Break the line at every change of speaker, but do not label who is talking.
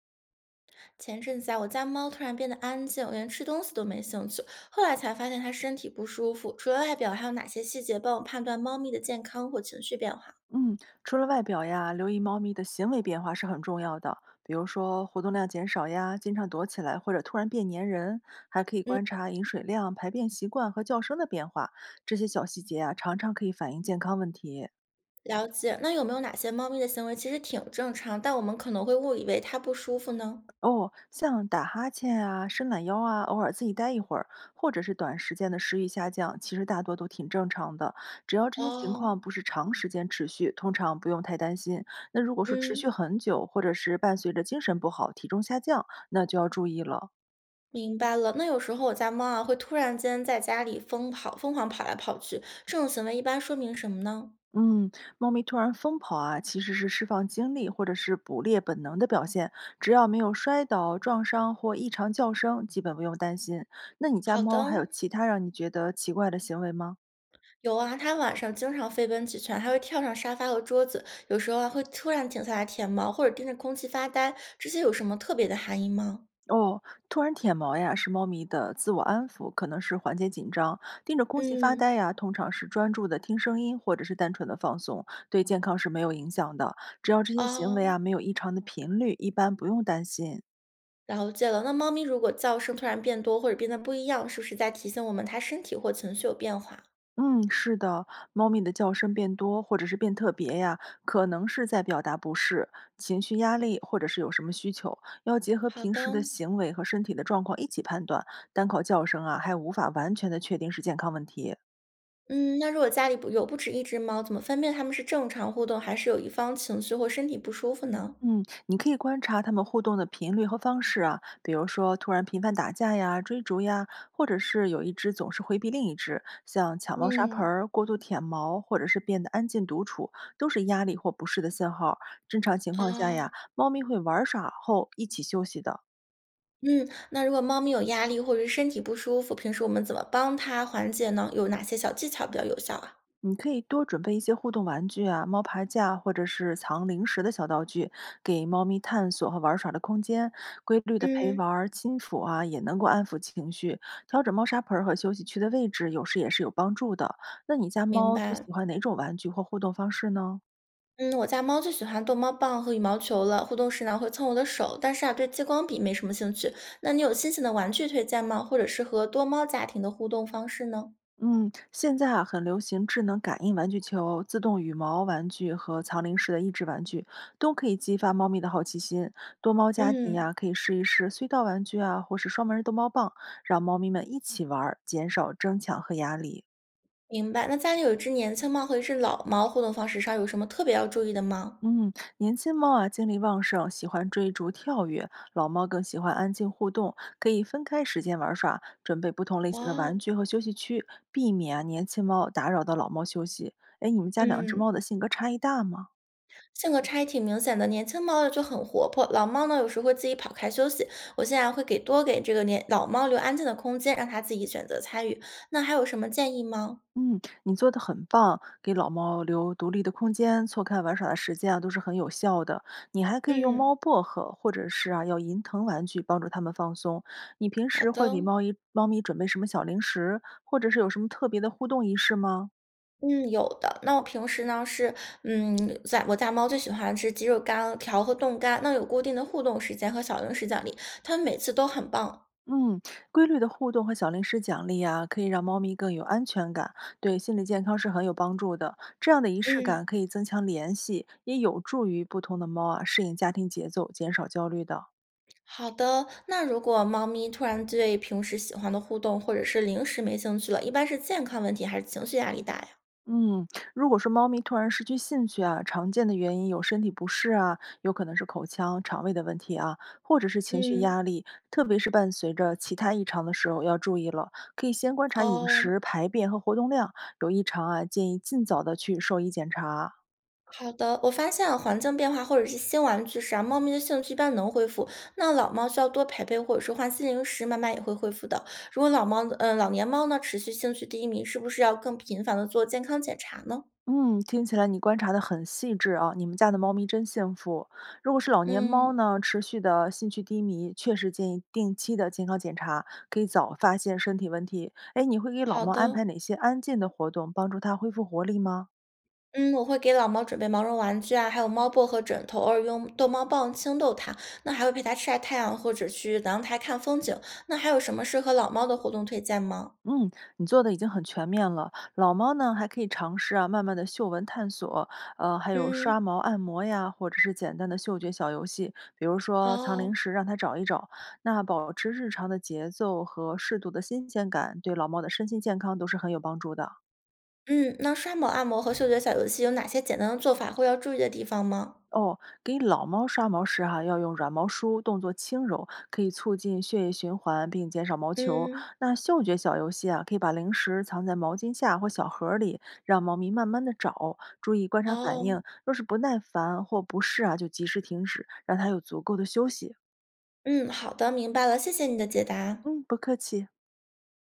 前阵子啊，我家猫突然变得安静，连吃东西都没兴趣。后来才发现它身体不舒服。除了外表，还有哪些细节帮我判断猫咪的健康或情绪变化？
嗯，除了外表呀，留意猫咪的行为变化是很重要的。比如说活动量减少呀，经常躲起来或者突然变粘人，还可以观察饮水量、排便习惯和叫声的变化，这些小细节啊，常常可以反映健康问题。
了解。那有没有哪些猫咪的行为其实挺正常，但我们可能会误以为它不舒服呢？
哦，像打哈欠啊、伸懒腰啊，偶尔自己待一会儿，或者是短时间的食欲下降，其实大多都挺正常的。只要这些情
哦，
况不是长时间持续，通常不用太担心。那如果说持续
嗯，
很久，或者是伴随着精神不好、体重下降，那就要注意了。
明白了。那有时候我家猫啊，会突然间在家里疯跑，疯狂跑来跑去，这种行为一般说明什么呢？
嗯，猫咪突然疯跑啊，其实是释放精力或者是捕猎本能的表现。只要没有摔倒、撞伤或异常叫声，基本不用担心。那你家
好的，
猫还有其他让你觉得奇怪的行为吗？
有啊，它晚上经常飞奔几圈，还会跳上沙发和桌子，有时候啊会突然停下来舔毛，或者盯着空气发呆，这些有什么特别的含义吗？
哦，突然舔毛呀，是猫咪的自我安抚，可能是缓解紧张；盯着空气发
嗯，
呆呀，通常是专注的听声音，或者是单纯的放松，对健康是没有影响的。只要这些行为
哦，
啊没有异常的频率，一般不用担心。
了解了。那猫咪如果叫声突然变多或者变得不一样，是不是在提醒我们它身体或情绪有变化？
嗯，是的，猫咪的叫声变多或者是变特别呀，可能是在表达不适、情绪压力，或者是有什么需求，要结合
好
平时
的，
的行为和身体的状况一起判断。单靠叫声啊，还无法完全的确定是健康问题。
嗯，那如果家里不有不止一只猫，怎么分辨它们是正常互动，还是有一方情绪或身体不舒服呢？
嗯，你可以观察他们互动的频率和方式啊，比如说突然频繁打架呀、追逐呀，或者是有一只总是回避另一只，像抢猫砂盆
嗯，
儿、过度舔毛，或者是变得安静独处，都是压力或不适的信号。正常情况下呀，
哦。
猫咪会玩耍后一起休息的。
嗯，那如果猫咪有压力或者是身体不舒服，平时我们怎么帮它缓解呢？有哪些小技巧比较有效啊？
你可以多准备一些互动玩具啊，猫爬架或者是藏零食的小道具，给猫咪探索和玩耍的空间。规律的陪玩
嗯，
儿、亲抚啊，也能够安抚情绪。调整猫砂盆儿和休息区的位置，有时也是有帮助的。那你家
明
猫最
白。
喜欢哪种玩具或互动方式呢？
嗯，我家猫最喜欢逗猫棒和羽毛球了，互动时呢会蹭我的手，但是啊对激光笔没什么兴趣。那你有新型的玩具推荐吗？或者是和多猫家庭的互动方式呢？
嗯，现在啊，很流行智能感应玩具球、自动羽毛玩具和藏零食的益智玩具，都可以激发猫咪的好奇心。多猫家庭
嗯，
呀、可以试一试隧道玩具啊，或是双门儿逗猫棒，让猫咪们一起玩儿，减少争抢和压力。
明白。那家里有一只年轻猫和一只老猫，互动方式上有什么特别要注意的吗？
嗯，年轻猫啊，精力旺盛，喜欢追逐跳跃；老猫更喜欢安静互动，可以分开时间玩耍，准备不同类型的玩
哦，
具和休息区，避免啊年轻猫打扰到老猫休息。哎，你们家两只猫
嗯。
的性格差异大吗？
性格差异挺明显的，年轻猫呢就很活泼，老猫呢有时会自己跑开休息。我现在会给多给这个年老猫留安静的空间，让它自己选择参与。那还有什么建议吗？
嗯，你做的很棒，给老猫留独立的空间，错开玩耍的时间啊，都是很有效的。你还可以用猫
嗯，
薄荷，或者是啊，要银藤玩具帮助它们放松。你平
好
时会
的。
给猫一猫咪准备什么小零食，或者是有什么特别的互动仪式吗？
嗯，有的。那我平时呢是，嗯，在我家猫最喜欢吃鸡肉干条和冻干，那有固定的互动时间和小零食奖励，它们每次都很棒。
嗯，规律的互动和小零食奖励啊，可以让猫咪更有安全感，对心理健康是很有帮助的。这样的仪式
嗯，
感可以增强联系，也有助于不同的猫啊适应家庭节奏，减少焦虑的。
好的。那如果猫咪突然对平时喜欢的互动或者是零食没兴趣了，一般是健康问题还是情绪压力大呀？
嗯，如果说猫咪突然失去兴趣啊，常见的原因有身体不适啊，有可能是口腔、肠胃的问题啊，或者是情绪
嗯，
压力，特别是伴随着其他异常的时候要注意了。可以先观察饮
哦，
食、排便和活动量，有异常啊，建议尽早的去兽医检查。
好的。我发现啊，环境变化或者是新玩具时啊，猫咪的兴趣一般能恢复。那老猫需要多陪陪，或者是换新零食，慢慢也会恢复的。如果老猫，老年猫呢，持续兴趣低迷，是不是要更频繁的做健康检查呢？
嗯，听起来你观察的很细致啊，你们家的猫咪真幸福。如果是老年猫
嗯，
呢，持续的兴趣低迷，确实建议定期的健康检查，可以早发现身体问题。哎，你会给老
好
猫安
的。
排哪些安静的活动，帮助它恢复活力吗？
嗯，我会给老猫准备毛绒玩具啊，还有猫薄荷枕头，偶尔用逗猫棒轻逗它。那还会陪它晒太阳，或者去阳台看风景。那还有什么适合老猫的活动推荐吗？
嗯，你做的已经很全面了。老猫呢，还可以尝试啊，慢慢的嗅闻探索，还有刷
嗯，
毛按摩呀，或者是简单的嗅觉小游戏，比如说藏零
哦。
食让它找一找。那保持日常的节奏和适度的新鲜感，对老猫的身心健康都是很有帮助的。
嗯，那刷毛、按摩和嗅觉小游戏有哪些简单的做法或要注意的地方吗？
哦，给老猫刷毛时哈、要用软毛梳，动作轻柔，可以促进血液循环并减少毛球。
嗯，
那嗅觉小游戏啊，可以把零食藏在毛巾下或小盒儿里，让猫咪慢慢的找，注意观察反应。
哦，
若是不耐烦或不适啊，就及时停止，让它有足够的休息。
嗯，好的，明白了，谢谢你的解答。
嗯，不客气。